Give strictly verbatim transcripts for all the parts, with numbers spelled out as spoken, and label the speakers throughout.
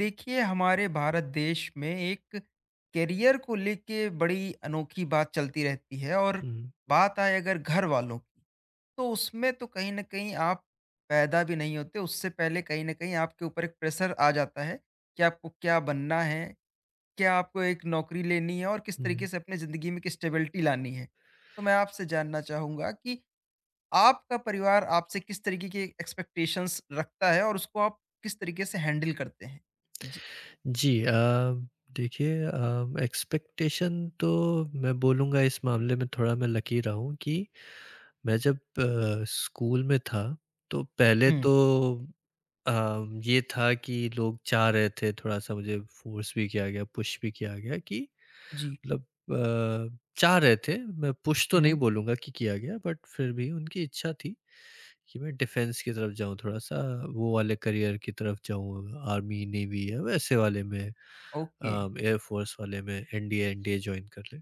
Speaker 1: देखिए हमारे भारत देश में एक करियर को लेके बड़ी अनोखी बात चलती रहती है। और
Speaker 2: हुँ,
Speaker 1: बात आए अगर घर वालों की तो उसमें तो कहीं ना कहीं आप पैदा भी नहीं होते उससे पहले कहीं ना कहीं आपके ऊपर एक प्रेशर आ जाता है कि आपको क्या बनना है, क्या आपको एक नौकरी लेनी है और किस
Speaker 2: हुँ।
Speaker 1: तरीके से अपने ज़िंदगी में एक स्टेबिलिटी लानी है। तो मैं आपसे जानना चाहूँगा कि आपका परिवार आपसे किस तरीके की एक्सपेक्टेशंस रखता है और उसको आप किस तरीके से हैंडल करते हैं। जी।
Speaker 2: जी, अ, देखिए, अ, एक्सपेक्टेशन तो मैं बोलूँगा इस मामले में थोड़ा मैं लकी रहा हूँ कि मैं जब अ, स्कूल में था तो पहले तो अ, ये था कि लोग चाह रहे थे थोड़ा-सा मुझे फ़ोर्स भी किया गया, पुश भी किया गया कि
Speaker 1: जी।
Speaker 2: मतलब अ, चाह रहे थे, मैं पुश तो नहीं
Speaker 1: हुँ।
Speaker 2: बोलूँगा कि किया गया बट फिर भी उनकी इच्छा थी कि मैं डिफेंस की तरफ जाऊँ, थोड़ा-सा वो वाले करियर की तरफ जाऊँ, आर्मी, नेवी या वैसे वाले में, अ,
Speaker 1: ओके।
Speaker 2: एयर फ़ोर्स वाले में एनडीए एनडीए जॉइन कर लें।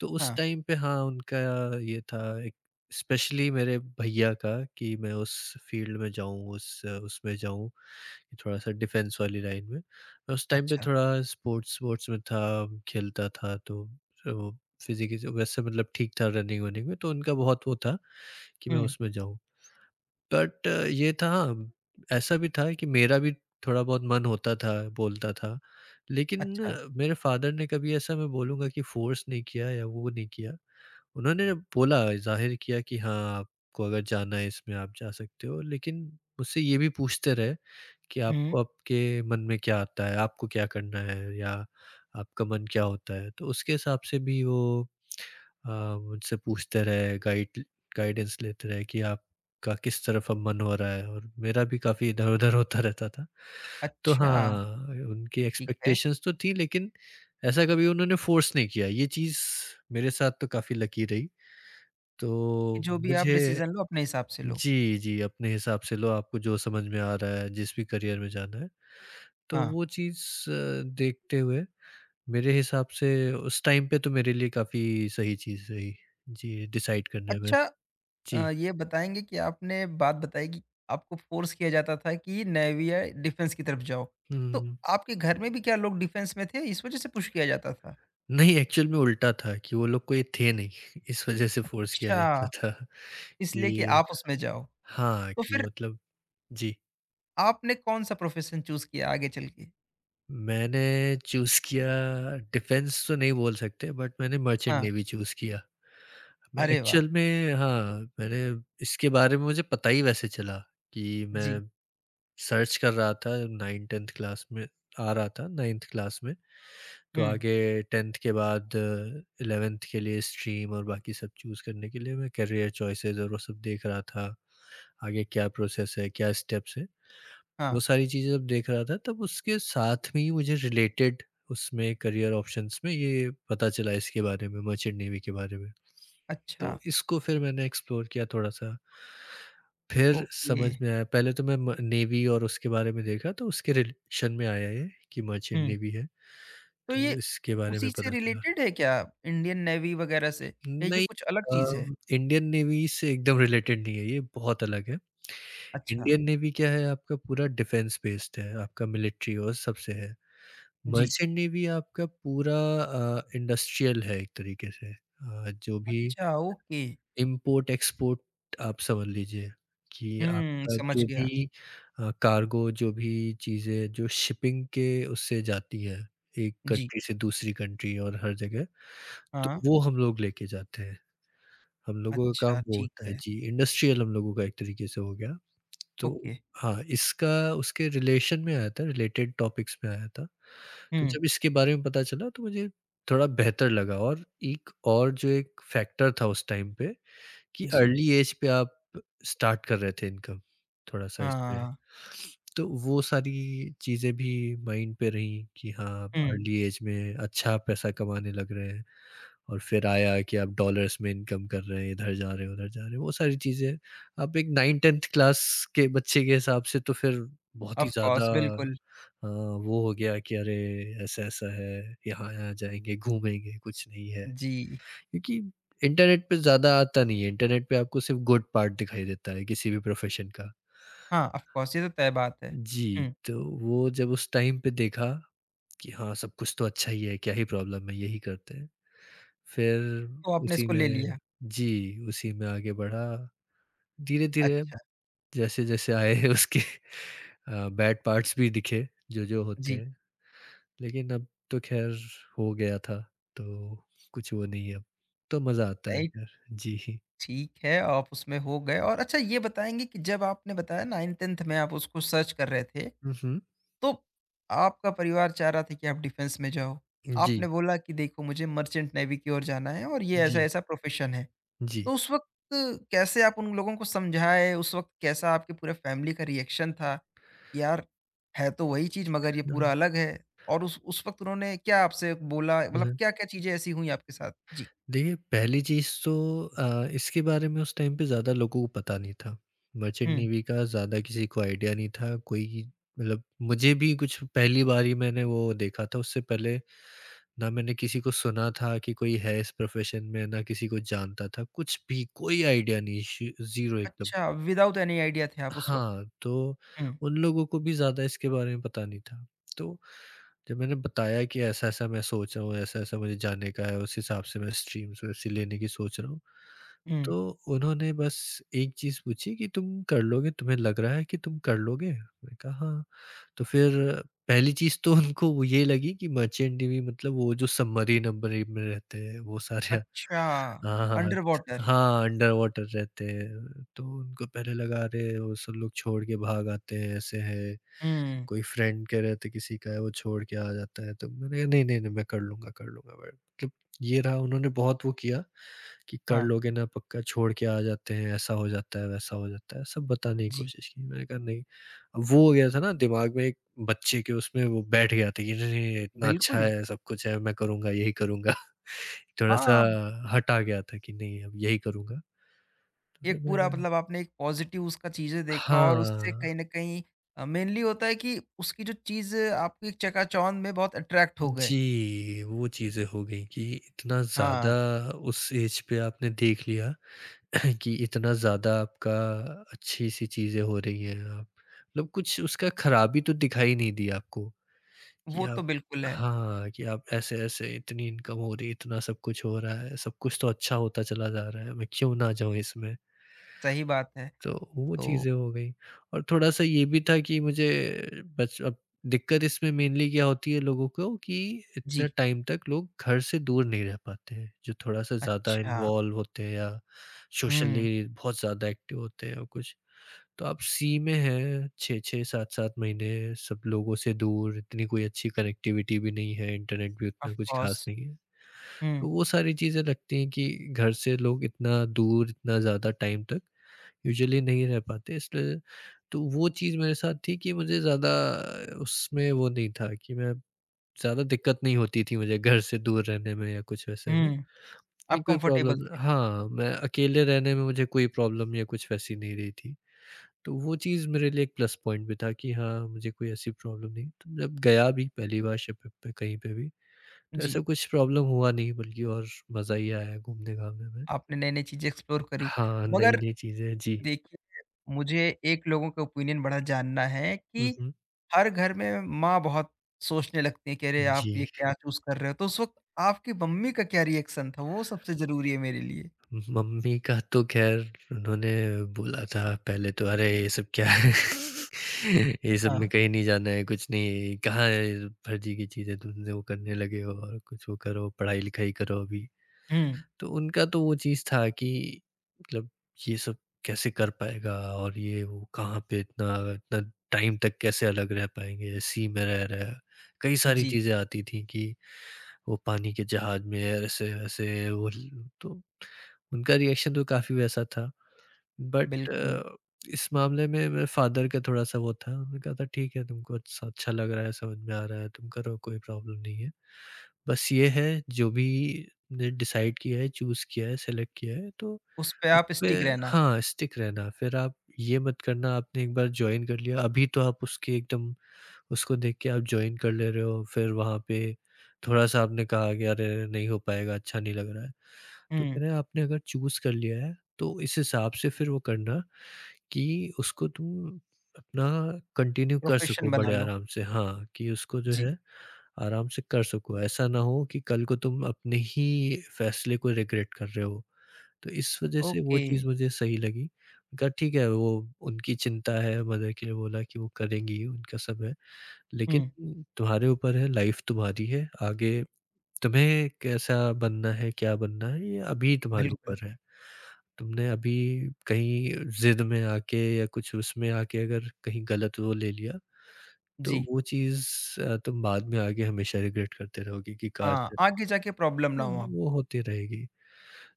Speaker 2: तो उस
Speaker 1: हाँ।
Speaker 2: टाइम पे हाँ, उनका ये था एक, स्पेशली मेरे भैया का कि मैं उस फ़ील्ड में जाऊँ, उस उसमें जाऊँ कि थोड़ा-सा डिफेंस वाली लाइन में। मैं उस टाइम पे
Speaker 1: अच्छा।
Speaker 2: थोड़ा स्पोर्ट्स-वोर्ट्स में था, खेलता था तो तो फिज़िकली वैसे मतलब ठीक था रनिंग-वनिंग में, तो उनका बहुत वो था कि मैं
Speaker 1: हुँ।
Speaker 2: उसमें जाऊँ। बट अ, ये था हाँ, ऐसा भी था कि मेरा भी थोड़ा बहुत मन होता था, बोलता था। लेकिन
Speaker 1: अच्छा।
Speaker 2: अ, मेरे फ़ादर ने कभी ऐसा मैं बोलूँगा कि फ़ोर्स नहीं किया या वो नहीं किया। उन्होंने बोला, ज़ाहिर किया कि हाँ, आपको अगर जाना है इसमें आप जा सकते हो। लेकिन मुझसे ये भी पूछते रहे कि
Speaker 1: हुँ।
Speaker 2: आपको आपके मन में क्या आता है? आपको क्या करना है? या आपका मन क्या होता है? तो उसके हिसाब से भी वो अ, मुझसे पूछते रहे, गाइड गाइडेंस लेते रहे कि आपका किस तरफ अब मन हो रहा है, और मेरा भी काफ़ी इधर-उधर होता रहता था। तो
Speaker 1: अच्छा,
Speaker 2: हाँ, उनकी
Speaker 1: ठीक है,
Speaker 2: एक्सपेक्टेशंस तो थी, लेकिन ऐसा कभी उन्होंने फ़ोर्स नहीं किया। ये चीज़ मेरे साथ तो काफ़ी लकी रही।
Speaker 1: कि
Speaker 2: तो
Speaker 1: जो भी आप
Speaker 2: मुझे,
Speaker 1: डिसीज़न लो अपने हिसाब से लो।
Speaker 2: जी, जी, अपने हिसाब से लो, आपको जो समझ में आ रहा है, जिस भी करियर में जाना है। तो
Speaker 1: हाँ।
Speaker 2: वो चीज़ अ, देखते हुए मेरे हिसाब से उस टाइम पे तो मेरे लिए काफ़ी सही चीज़ रही, जी, डिसाइड करने में।
Speaker 1: अच्छा।
Speaker 2: जी।
Speaker 1: अ, ये बताएँगे कि आपने बात बताई कि आपको फ़ोर्स किया जाता था कि नेवी या डिफ़ेंस की तरफ जाओ। तो
Speaker 2: हुँ।
Speaker 1: आपके घर में भी क्या लोग डिफ़ेंस में थे इस वजह से पुश किया जाता था?
Speaker 2: नहीं, एक्चुअल में उल्टा था कि वो लोग कोई थे नहीं इस वज़ह से फ़ोर्स किया जाता
Speaker 1: अच्छा,
Speaker 2: था
Speaker 1: इसलिए कि
Speaker 2: कि
Speaker 1: आप उसमें जाओ।
Speaker 2: हाँ,
Speaker 1: तो
Speaker 2: कि
Speaker 1: फिर
Speaker 2: मतलब, जी।
Speaker 1: आपने कौन-सा प्रोफ़ेशन चूज़ किया आगे चल के?
Speaker 2: मैंने चूज़ किया, डिफेंस तो नहीं बोल सकते बट मैंने मर्चेंट
Speaker 1: हाँ।
Speaker 2: नेवी चूज़ किया। मैं
Speaker 1: अरे वाह!
Speaker 2: एक्चुअल में हाँ, मैंने इसके बारे में, मुझे पता ही वैसे चला कि
Speaker 1: जी।
Speaker 2: मैं सर्च कर रहा था, नाइन-टेन्थ क्लास में, आ रहा था नाइन्थ क्लास में, तो
Speaker 1: हुँ।
Speaker 2: आगे टेन्थ के बाद एलेवेन्थ के लिए स्ट्रीम और बाकी सब चूज़ करने के लिए मैं करियर चॉइसेस और वो सब देख रहा था। आगे क्या प्रोसेस है, क्या स्टेप्स हैं, वो
Speaker 1: हाँ।
Speaker 2: सारी चीज़ें जब देख रहा था तब उसके साथ में ही मुझे रिलेटेड उसमें करियर ऑप्शंस में ये पता चला, इसके बारे में, मर्चेंट नेवी के बारे में। तो
Speaker 1: अच्छा,
Speaker 2: इसको फिर मैंने एक्सप्लोर किया थोड़ा-सा। फिर
Speaker 1: ओके।
Speaker 2: समझ में आया, पहले तो मैं म नेवी और उसके बारे में देखा, तो उसके रिलेशन में आया ये कि मर्चेंट
Speaker 1: हुँ।
Speaker 2: नेवी है,
Speaker 1: तो
Speaker 2: तो
Speaker 1: ये
Speaker 2: इसके बारे
Speaker 1: उसी
Speaker 2: में
Speaker 1: से
Speaker 2: पता चला।
Speaker 1: रिलेटेड है क्या? इंडियन नेवी वगैरह से या ये
Speaker 2: नहीं,
Speaker 1: कुछ अलग
Speaker 2: अ,
Speaker 1: चीज़ है?
Speaker 2: इंडियन नेवी से एकदम रिलेटेड नहीं है ये, बहुत अलग है।
Speaker 1: अच्छा।
Speaker 2: इंडियन नेवी क्या है, आपका पूरा डिफेंस बेस्ड है, आपका मिलिट्री और सबसे है।
Speaker 1: जी।
Speaker 2: मर्चेंट नेवी आपका पूरा अ, इंडस्ट्रियल है एक तरीके से। अ, जो भी
Speaker 1: अच्छा, ओके।
Speaker 2: इम्पोर्ट-एक्सपोर्ट आप समझ लीजिए कि
Speaker 1: हुँ,
Speaker 2: आपका
Speaker 1: समझ
Speaker 2: जो भी
Speaker 1: गया।
Speaker 2: अ, कार्गो, जो भी चीज़ें जो शिपिंग के उससे जाती हैं, एक
Speaker 1: जी।
Speaker 2: कंट्री से दूसरी कंट्री और हर जगह, तो
Speaker 1: हाँ।
Speaker 2: वो हम लोग लेके जाते हैं। हम लोगों का
Speaker 1: अच्छा,
Speaker 2: काम वो
Speaker 1: ठीक
Speaker 2: होता है,
Speaker 1: है।
Speaker 2: जी, इंडस्ट्रियल हम लोगों का एक तरीके से हो गया। तो
Speaker 1: ओके।
Speaker 2: हाँ, इसका उसके रिलेशन में आया था, रिलेटेड टॉपिक्स में आया था। तो
Speaker 1: हुँ।
Speaker 2: जब इसके बारे में पता चला तो मुझे थोड़ा बेहतर लगा, और एक और जो एक फैक्टर था उस टाइम पे कि
Speaker 1: जी।
Speaker 2: अर्ली एज पे आप स्टार्ट कर रहे थे इनकम, थोड़ा-सा इसपे।
Speaker 1: हाँ।
Speaker 2: तो वो सारी चीज़ें भी माइंड पे रहीं कि हाँ, आप
Speaker 1: हुँ।
Speaker 2: अर्ली एज में अच्छा पैसा कमाने लग रहे हैं, और फिर आया कि आप डॉलर्स में इनकम कर रहे हैं, इधर जा रहे हैं, उधर जा रहे हैं, वो सारी चीज़ें। आप एक नाइन-टेन्थ क्लास के बच्चे के हिसाब से तो फिर बहुत ही
Speaker 1: ऑफ़ कोर्स,
Speaker 2: ज़्यादा
Speaker 1: बिल्कुल।
Speaker 2: अ, वो हो गया कि अरे! ऐसा-ऐसा है, यहाँ-यहाँ जाएँगे, घूमेंगे, कुछ नहीं है।
Speaker 1: जी।
Speaker 2: क्योंकि इंटरनेट पे ज़्यादा आता नहीं है, इंटरनेट पे आपको सिर्फ़ गुड पार्ट दिखाई देता है किसी भी प्रोफ़ेशन का।
Speaker 1: हाँ, ऑफ़ कोर्स, ये तो तय बात है।
Speaker 2: जी,
Speaker 1: हुँ।
Speaker 2: तो वो जब उस टाइम पे देखा कि हाँ, सब कुछ तो अच्छा ही है, क्या ही प्रॉब्लम है, यही करते हैं। फिर
Speaker 1: तो आपने
Speaker 2: उसी
Speaker 1: इसको ले
Speaker 2: में,
Speaker 1: लिया।
Speaker 2: जी, उसी में आगे बढ़ा। धीरे-धीरे
Speaker 1: अच्छा।
Speaker 2: जैसे-जैसे आए उसके अ, बैड पार्ट्स भी दिखे, जो-जो होते
Speaker 1: जी।
Speaker 2: हैं। लेकिन अब तो ख़ैर हो गया था, तो कुछ वो नहीं है अब। तो मज़ा आता है
Speaker 1: नहीं,
Speaker 2: ख़ैर। जी।
Speaker 1: ठीक है, आप उसमें हो गए। और अच्छा ये बताएँगे कि जब आपने बताया नाइंथ-टेंथ में आप उसको सर्च कर रहे थे,
Speaker 2: हुँ, हुँ।
Speaker 1: तो आपका परिवार चाह रहा था कि आप डिफेंस में जाओ।
Speaker 2: जी।
Speaker 1: आपने बोला कि देखो मुझे मर्चेंट नेवी की ओर जाना है और ये
Speaker 2: जी,
Speaker 1: ऐसा-ऐसा प्रोफ़ेशन है।
Speaker 2: जी।
Speaker 1: तो उस वक़्त कैसे आप उन लोगों को समझाए? उस वक़्त कैसा आपके पूरे फैमिली का रिएक्शन था? यार, है तो वही चीज़ मगर ये
Speaker 2: हुँ,
Speaker 1: पूरा अलग है और उस उस वक़्त उन्होंने क्या आपसे बोला? मतलब
Speaker 2: हुँ।
Speaker 1: क्या-क्या चीज़ें ऐसी हुई आपके साथ? जी।
Speaker 2: देखिए, पहली चीज़ तो अ, इसके बारे में उस टाइम पे ज़्यादा लोगों को पता नहीं था। मर्चेंट
Speaker 1: हुँ।
Speaker 2: नेवी का ज़्यादा किसी को आइडिया नहीं था, कोई मतलब मुझे भी कुछ पहली बार ही मैंने वो देखा था, उससे पहले ना मैंने किसी को सुना था कि कोई है इस प्रोफ़ेशन में, ना किसी को जानता था, कुछ भी कोई आइडिया नहीं, श ज़ीरो एकदम।
Speaker 1: अच्छा, विदाउट एनी आइडिया थे आप उस वक़्त?
Speaker 2: हाँ, तो
Speaker 1: हुँ,
Speaker 2: उन लोगों को भी ज़्यादा इसके बारे में पता नहीं था। तो जब मैंने बताया कि ऐसा-ऐसा मैं सोच रहा हूँ, ऐसा-ऐसा मुझे जाने का है, उस हिसाब से मैं स्ट्रीम्स वैसी लेने की सोच रहा हूँ।
Speaker 1: हुँ।
Speaker 2: तो उन्होंने बस एक चीज़ पूछी कि तुम कर लोगे? तुम्हें लग रहा है कि तुम कर लोगे? मैंने कहा हाँ। तो फिर पहली चीज़ तो उनको वो ये लगी कि मर्चेंट नेवी मतलब वो जो सबमरीन-वमरीन में रहते हैं, वो सारे,
Speaker 1: अच्छा,
Speaker 2: हाँ, हाँ।
Speaker 1: Under water.
Speaker 2: हाँ, अंडर वाटर रहते हैं, तो उनको पहले लगा अरे! वो सब लोग छोड़ के भाग आते हैं, ऐसे है।
Speaker 1: हुँ।
Speaker 2: कोई फ्रेंड के रहते किसी का है, वो छोड़ के आ जाता है, तो मैंने कहा नहीं, नहीं, नहीं मैं कर लूँगा, कर लूँगा बट मतलब ये रहा, उन्होंने बहुत वो किया कि कर
Speaker 1: हाँ।
Speaker 2: लोगे ना पक्का, छोड़ के आ जाते हैं, ऐसा हो जाता है, वैसा हो जाता है, सब बताने की
Speaker 1: जी।
Speaker 2: कोशिश की। मैंने कहा नहीं, अब वो हो गया था ना दिमाग में, एक बच्चे के उसमें वो बैठ गया था कि नहीं, नहीं, इतना अच्छा
Speaker 1: बिल्कुल,
Speaker 2: है, सब कुछ है, मैं करूँगा, यही करूँगा। थोड़ा-सा
Speaker 1: हाँ।
Speaker 2: हटा गया था कि नहीं अब यही करूँगा। तो फिर
Speaker 1: एक
Speaker 2: मैंने
Speaker 1: पूरा
Speaker 2: कहा
Speaker 1: मतलब आपने एक पॉजिटिव उसका चीज़ें देखा और उससे
Speaker 2: हाँ,
Speaker 1: कहीं न कहीं अ, मेनली होता है कि उसकी जो चीज़ आपकी एक चकाचौंध में बहुत अट्रैक्ट हो गए।
Speaker 2: जी, वो चीज़ें हो गई कि इतना ज़्यादा
Speaker 1: हाँ,
Speaker 2: उस एज पे आपने देख लिया कि इतना ज़्यादा आपका अच्छी-सी चीज़ें हो रही हैं, आप मतलब कुछ उसका खराबी तो दिखाई नहीं दी आपको कि
Speaker 1: वो तो
Speaker 2: आप,
Speaker 1: बिल्कुल है,
Speaker 2: हाँ, कि आप ऐसे-ऐसे, इतनी इनकम हो रही है, इतना सब कुछ हो रहा है, सब कुछ तो अच्छा होता चला जा रहा है, मैं क्यों ना जाऊँ इसमें?
Speaker 1: सही बात है।
Speaker 2: तो वो
Speaker 1: तो
Speaker 2: चीज़ें हो गई और थोड़ा-सा ये भी था कि मुझे बच अब दिक्कत इसमें मेनली क्या होती है लोगों को, कि इतना
Speaker 1: जी,
Speaker 2: टाइम तक लोग घर से दूर नहीं रह पाते हैं, जो थोड़ा-सा ज़्यादा
Speaker 1: अच्छा।
Speaker 2: इन्वॉल्व होते हैं या
Speaker 1: हुँ,
Speaker 2: सोशली बहुत ज़्यादा एक्टिव होते हैं और कुछ। तो आप सी में हैं छह छह, सात सात महीने सब लोगों से दूर, इतनी कोई अच्छी कनेक्टिविटी भी नहीं है, इंटरनेट भी उतना
Speaker 1: ऑफ़
Speaker 2: कुछ खास
Speaker 1: कोर्स।
Speaker 2: नहीं है। तो
Speaker 1: हुँ,
Speaker 2: वो सारी चीज़ें लगती हैं कि घर से लोग इतना दूर, इतना ज़्यादा टाइम तक यूजुअली नहीं रह पाते, इसलिए तो वो चीज़ मेरे साथ थी कि मुझे ज़्यादा उसमें वो नहीं था कि मैं, ज़्यादा दिक्कत नहीं होती थी मुझे घर से दूर रहने में या कुछ वैसे में।
Speaker 1: हुँ,
Speaker 2: इतनी
Speaker 1: आप
Speaker 2: कोई
Speaker 1: कम्फ़र्टेबल
Speaker 2: प्रॉब्लम,
Speaker 1: थे।
Speaker 2: हाँ, मैं अकेले रहने में मुझे कोई प्रॉब्लम या कुछ वैसी नहीं रही थी। तो वो चीज़ मेरे लिए एक प्लस पॉइंट भी था कि हाँ, मुझे कोई ऐसी प्रॉब्लम नहीं। तो जब गया भी पहली बार शिप पे कहीं पे भी, तो
Speaker 1: जी,
Speaker 2: ऐसा कुछ प्रॉब्लम हुआ नहीं, बल्कि और मज़ा ही आया घूमने-घामने में।
Speaker 1: आपने नई-नई चीज़ें एक्सप्लोर करी।
Speaker 2: हाँ,
Speaker 1: मगर
Speaker 2: नई-नई चीज़ें। जी।
Speaker 1: देखिए, मुझे एक लोगों का ओपिनियन बड़ा जानना है
Speaker 2: हुँ,
Speaker 1: कि
Speaker 2: हुँ।
Speaker 1: हर घर में माँ बहुत सोचने लगती है कि अरे आप ये
Speaker 2: जी।
Speaker 1: क्या चूज कर रहे हो, तो उस वक्त आपकी मम्मी का क्या रिएक्शन था? वो सबसे जरूरी है मेरे लिए।
Speaker 2: मम्मी का तो ख़ैर उन्होंने बोला था पहले तो, अरे ये सब क्या है? ये सब में
Speaker 1: हाँ।
Speaker 2: कहीं नहीं जाना है, कुछ नहीं, कहाँ है फर्जी की चीज़ें तुमने वो करने लगे हो, और कुछ वो करो, पढ़ाई-लिखाई करो अभी।
Speaker 1: हुँ,
Speaker 2: तो उनका तो वो चीज़ था कि मतलब ये सब कैसे कर पाएगा और ये वो कहाँ पे इतना इतना टाइम तक कैसे अलग रह पाएँगे, इसी में रह रहा है। कई सारी
Speaker 1: जी,
Speaker 2: चीज़ें आती थी कि वो पानी के जहाज में ऐसे-वैसे वो ल तो उनका रिएक्शन तो काफ़ी वैसा था। बट
Speaker 1: बिल्कुल।
Speaker 2: अ, इस मामले में मेरे फ़ादर का थोड़ा-सा वो था, उन्होंने कहा था ठीक है तुमको अच्छा अच्छा लग रहा है, समझ में आ रहा है, तुम करो कोई प्रॉब्लम नहीं है। बस ये है जो भी ने डिसाइड किया है, चूज़ किया है, सेलेक्ट किया है तो
Speaker 1: उस पे आप
Speaker 2: उसपे
Speaker 1: स्टिक रहना।
Speaker 2: हाँ, स्टिक रहना। फिर आप ये मत करना, आपने एक बार जॉइन कर लिया, अभी तो आप उसके एकदम उसको देख के आप जॉइन कर ले रहे हो, फिर वहाँ पे थोड़ा-सा आपने कहा कि अरे! नहीं हो पाएगा, अच्छा नहीं लग रहा है। तो कह
Speaker 1: हुँ,
Speaker 2: रहे हैं आपने अगर चूज़ कर लिया है, तो इस हिसाब से फिर वो करना कि उसको तुम अपना कंटिन्यू कर
Speaker 1: प्रोफेशन
Speaker 2: सको
Speaker 1: बना
Speaker 2: बड़े
Speaker 1: लो।
Speaker 2: आराम से। हाँ, कि उसको जो
Speaker 1: जी,
Speaker 2: है आराम से कर सको। ऐसा ना हो कि कल को तुम अपने ही फैसले को रिग्रेट कर रहे हो। तो इस वजह से वो
Speaker 1: ओके।
Speaker 2: चीज़ मुझे सही लगी। मैंने कहा ठीक है, वो उनकी चिंता है मदर के लिए बोला कि वो करेंगी, उनका सब है। लेकिन
Speaker 1: हुँ,
Speaker 2: तुम्हारे ऊपर है, लाइफ तुम्हारी है, आगे तुम्हें कैसा बनना है, क्या बनना है, ये अभी तुम्हारे
Speaker 1: बिल्कुल,
Speaker 2: ऊपर है। तुमने अभी कहीं ज़िद में आके या कुछ उसमें आके अगर कहीं गलत वो ले लिया, तो
Speaker 1: जी।
Speaker 2: वो चीज़ अ, तुम बाद में आगे हमेशा रिग्रेट करते रहोगे कि काश
Speaker 1: हाँ,
Speaker 2: ऐसा
Speaker 1: आगे जाके प्रॉब्लम ना हो
Speaker 2: हम्म, वो
Speaker 1: आपको।
Speaker 2: होती रहेगी।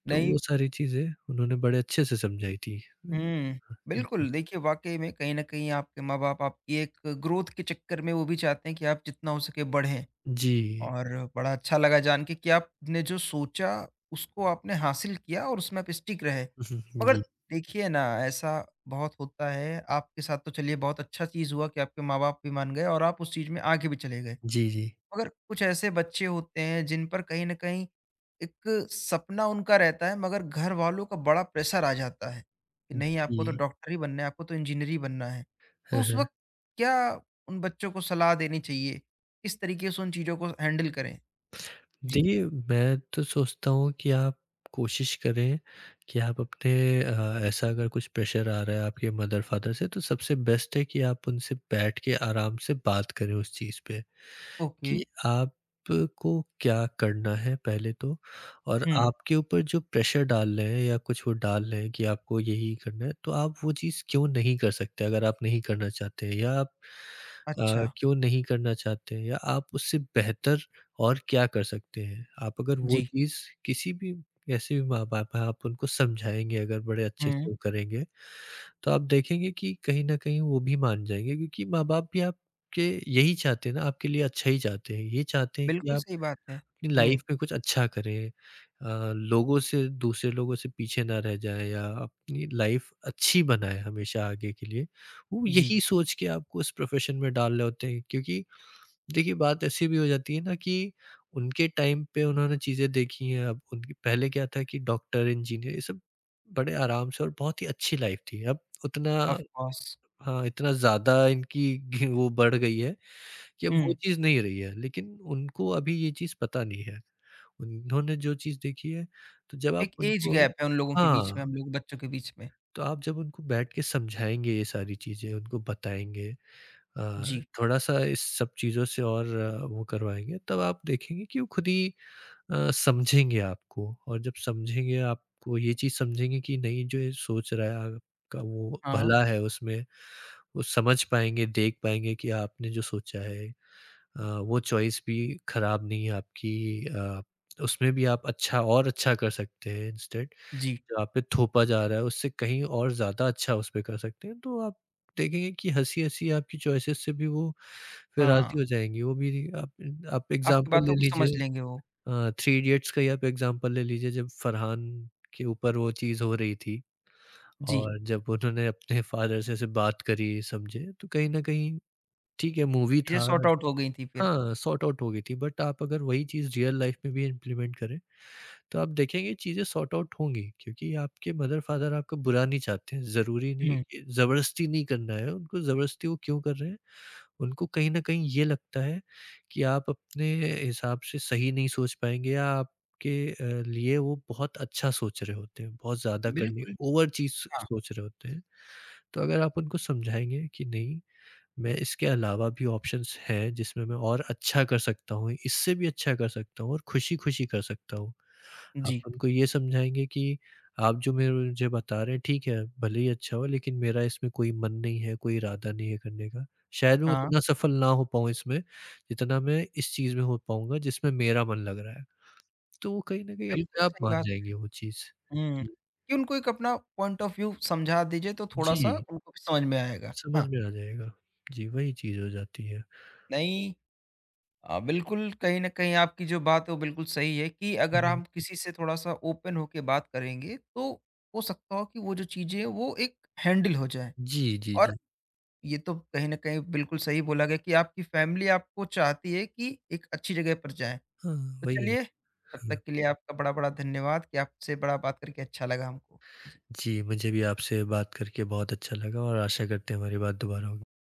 Speaker 2: तो
Speaker 1: नहीं।
Speaker 2: वो सारी चीज़ें उन्होंने बड़े अच्छे से समझाई थी।
Speaker 1: हुँ,
Speaker 2: जी।
Speaker 1: बिल्कुल। देखिए वाक़ई में कहीं न कहीं आपके माँ-बाप आपकी एक ग्रोथ के चक्कर में वो भी चाहते हैं कि आप जितना हो सके बढ़ें।
Speaker 2: जी।
Speaker 1: और बड़ा अच्छा लगा जान के कि आपने जो सोचा उसको आपने हासिल किया और उसमें आप स्टिक रहे।
Speaker 2: हुँ, हुँ।
Speaker 1: मगर
Speaker 2: जी।
Speaker 1: देखिए ना ऐसा बहुत होता है, आपके साथ तो चलिए बहुत अच्छा चीज़ हुआ कि आपके माँ-बाप भी मान गए और आप उस चीज़ में आगे भी चले गए।
Speaker 2: जी, जी।
Speaker 1: मगर कुछ ऐसे बच्चे होते हैं जिन पर कहीं न कहीं एक सपना उनका रहता है मगर घर वालों का बड़ा प्रेशर आ जाता है कि नहीं आपको तो
Speaker 2: जी।
Speaker 1: डॉक्टर ही बनना है, आपको तो इंजीनियर ही बनना है। तो
Speaker 2: हाँ,
Speaker 1: उस
Speaker 2: हाँ।
Speaker 1: वक़्त क्या उन बच्चों को सलाह देनी चाहिए? किस तरीके से उन चीज़ों को हैंडल करें? जी।
Speaker 2: देखिए, मैं तो सोचता हूँ कि आप कोशिश करें कि आप अपने अ, ऐसा अगर कुछ प्रेशर आ रहा है आपके मदर-फ़ादर से तो सबसे बेस्ट है कि आप उनसे बैठ के आराम से बात करें उस चीज़ पे।
Speaker 1: ओके।
Speaker 2: कि आपको क्या करना है पहले तो और
Speaker 1: हुँ।
Speaker 2: आपके ऊपर जो प्रेशर डाल रहे हैं या कुछ वो डाल रहे हैं कि आपको यही करना है, तो आप वो चीज़ क्यों नहीं कर सकते अगर आप नहीं करना चाहते हैं या आप अ,
Speaker 1: अच्छा।
Speaker 2: क्यों नहीं करना चाहते हैं या आप उससे बेहतर और क्या कर सकते हैं? आप अगर वो
Speaker 1: जी।
Speaker 2: चीज़ किसी भी कैसे भी माँ-बाप हैं, आप उनको समझाएँगे अगर बड़े अच्छे से
Speaker 1: हुँ।
Speaker 2: वो करेंगे तो आप देखेंगे कि कहीं न कहीं वो भी मान जाएँगे क्योंकि माँ-बाप भी आपके यही चाहते हैं ना, आपके लिए अच्छा ही चाहते हैं। ये चाहते हैं कि
Speaker 1: बिल्कुल
Speaker 2: आप
Speaker 1: सही बात है।
Speaker 2: अपनी
Speaker 1: हुँ।
Speaker 2: लाइफ़ में कुछ अच्छा करें अ, लोगों से दूसरे लोगों से पीछे ना रह जाएँ या अपनी लाइफ़ अच्छी बनाएँ हमेशा आगे के लिए। वो
Speaker 1: जी,
Speaker 2: यही सोच के आपको उस प्रोफ़ेशन में डाल रहे होते हैं क्योंकि देखिए बात ऐसी भी हो जाती है ना कि उनके टाइम पे उन्होंने चीज़ें देखी हैं। अब उनके पहले क्या था कि डॉक्टर, इंजीनियर ये सब बड़े आराम से और बहुत ही अच्छी लाइफ़ थी। अब उतना
Speaker 1: ऑफ़ कोर्स।
Speaker 2: हाँ, इतना ज़्यादा इनकी घी वो बढ़ गई है कि अब वो
Speaker 1: हुँ।
Speaker 2: चीज़ नहीं रही है, लेकिन उनको अभी ये चीज़ पता नहीं है। उन्होंने जो चीज़ देखी है, तो जब आप
Speaker 1: एक एज
Speaker 2: उनको
Speaker 1: गैप है उन लोगों के बीच में,
Speaker 2: हाँ,
Speaker 1: हम लोग बच्चों के बीच में।
Speaker 2: तो आप जब उनको बैठ के समझाएँगे ये सारी चीज़ें, उनको बताएँगे अ,
Speaker 1: जी।
Speaker 2: थोड़ा-सा इस सब चीज़ों से और अ, वो करवाएँगे, तब आप देखेंगे कि वो खुद ही अ, समझेंगे आपको और जब समझेंगे आपको ये चीज़ समझेंगे कि नहीं जो ये सोच रहा है आपका वो
Speaker 1: हाँ।
Speaker 2: भला है उसमें, वो समझ पाएँगे, देख पाएँगे कि आपने जो सोचा है अ, वो चॉइस भी खराब नहीं है आपकी अ, उसमें भी आप अच्छा और अच्छा कर सकते हैं इंस्टेड
Speaker 1: जी।
Speaker 2: जो आप पे थोपा जा रहा है उससे कहीं और ज़्यादा अच्छा उस पे कर सकते हैं। तो आप देखेंगे कि हँसी-हँसी आपकी चॉइसेस से भी वो फिर राज़ी
Speaker 1: हाँ,
Speaker 2: हो जाएँगी। वो भी आप आप
Speaker 1: आपकी
Speaker 2: एग्ज़ाम्पल ले
Speaker 1: बातों को समझ
Speaker 2: लीजिए
Speaker 1: लेंगे वो।
Speaker 2: अ, थ्री इडियट्स का ही आप एग्ज़ाम्पल ले लीजिए जब फरहान के ऊपर वो चीज़ हो रही थी
Speaker 1: जी,
Speaker 2: और जब उन्होंने अपने फ़ादर से ऐसे बात करी, समझे, तो कहीं न कहीं ठीक है मूवी
Speaker 1: चीज़ें
Speaker 2: था
Speaker 1: सॉर्ट आउट हो गई थी फिर।
Speaker 2: हाँ, सॉर्ट आउट हो गई थी बट आप अगर वही चीज़ रियल लाइफ़ में भी इम्प्लीमेंट करें, तो आप देखेंगे चीज़ें सॉर्ट आउट होंगी क्योंकि आपके मदर-फ़ादर आपका बुरा नहीं चाहते हैं, ज़रूरी नहीं है
Speaker 1: हुँ।
Speaker 2: कि ज़बरदस्ती नहीं करना है, उनको ज़बरदस्ती वो क्यों कर रहे हैं? उनको कहीं न कहीं ये लगता है कि आप अपने हिसाब से सही नहीं सोच पाएँगे या आपके अ, लिए वो बहुत अच्छा सोच रहे होते हैं, बहुत ज़्यादा करने
Speaker 1: बिल्कुल,
Speaker 2: ओवर चीज़
Speaker 1: हाँ।
Speaker 2: सोच रहे होते हैं। तो अगर आप उनको समझाएँगे कि नहीं, मैं इसके अलावा भी ऑप्शंस हैं जिसमें मैं और अच्छा कर सकता हूँ, इससे भी अच्छा कर सकता हूँ और खुशी-खुशी कर सकता हूँ। आप
Speaker 1: जी।
Speaker 2: उनको ये समझाएँगे कि आप जो मेरे मुझे बता रहे हैं ठीक है, भले ही अच्छा हो लेकिन मेरा इसमें कोई मन नहीं है, कोई इरादा नहीं है करने का। शायद मैं
Speaker 1: हाँ।
Speaker 2: उतना सफल ना हो पाऊँ इसमें, जितना मैं इस चीज़ में हो पाऊँगा जिसमें मेरा मन लग रहा है। तो वो कहीं न कहीं
Speaker 1: बिल्कुल
Speaker 2: अपने आप
Speaker 1: सही
Speaker 2: मान
Speaker 1: बात।
Speaker 2: जाएँगे वो चीज़।
Speaker 1: हुँ।
Speaker 2: जी,
Speaker 1: कि उनको एक अपना पॉइंट ऑफ व्यू समझा दीजिए तो थोड़ा-सा
Speaker 2: जी,
Speaker 1: उनको भी समझ में आएगा।
Speaker 2: समझ
Speaker 1: हाँ।
Speaker 2: में आ जाएगा। जी, वही चीज़ हो जाती है।
Speaker 1: नहीं अ, बिल्कुल, कहीं न कहीं आपकी जो बात है वो बिल्कुल सही है कि अगर
Speaker 2: हुँ,
Speaker 1: हम किसी से थोड़ा-सा ओपन होके बात करेंगे, तो हो सकता हो कि वो जो चीज़ें हैं वो एक हैंडल हो जाएँ।
Speaker 2: जी, जी,
Speaker 1: और
Speaker 2: जी।
Speaker 1: ये तो कहीं न कहीं बिल्कुल सही बोला गया कि आपकी फैमिली आपको चाहती है कि एक अच्छी जगह पर जाएँ।
Speaker 2: हाँ,
Speaker 1: तो
Speaker 2: वही है।
Speaker 1: चलिए, तब
Speaker 2: हाँ।
Speaker 1: तक के लिए आपका बड़ा-बड़ा धन्यवाद कि आपसे बड़ा बात करके अच्छा लगा हमको। जी।
Speaker 2: जी, मुझे भी आपसे बात करके बहुत अच्छा लगा और आशा करते हैं हमारी बात दोबारा होगी।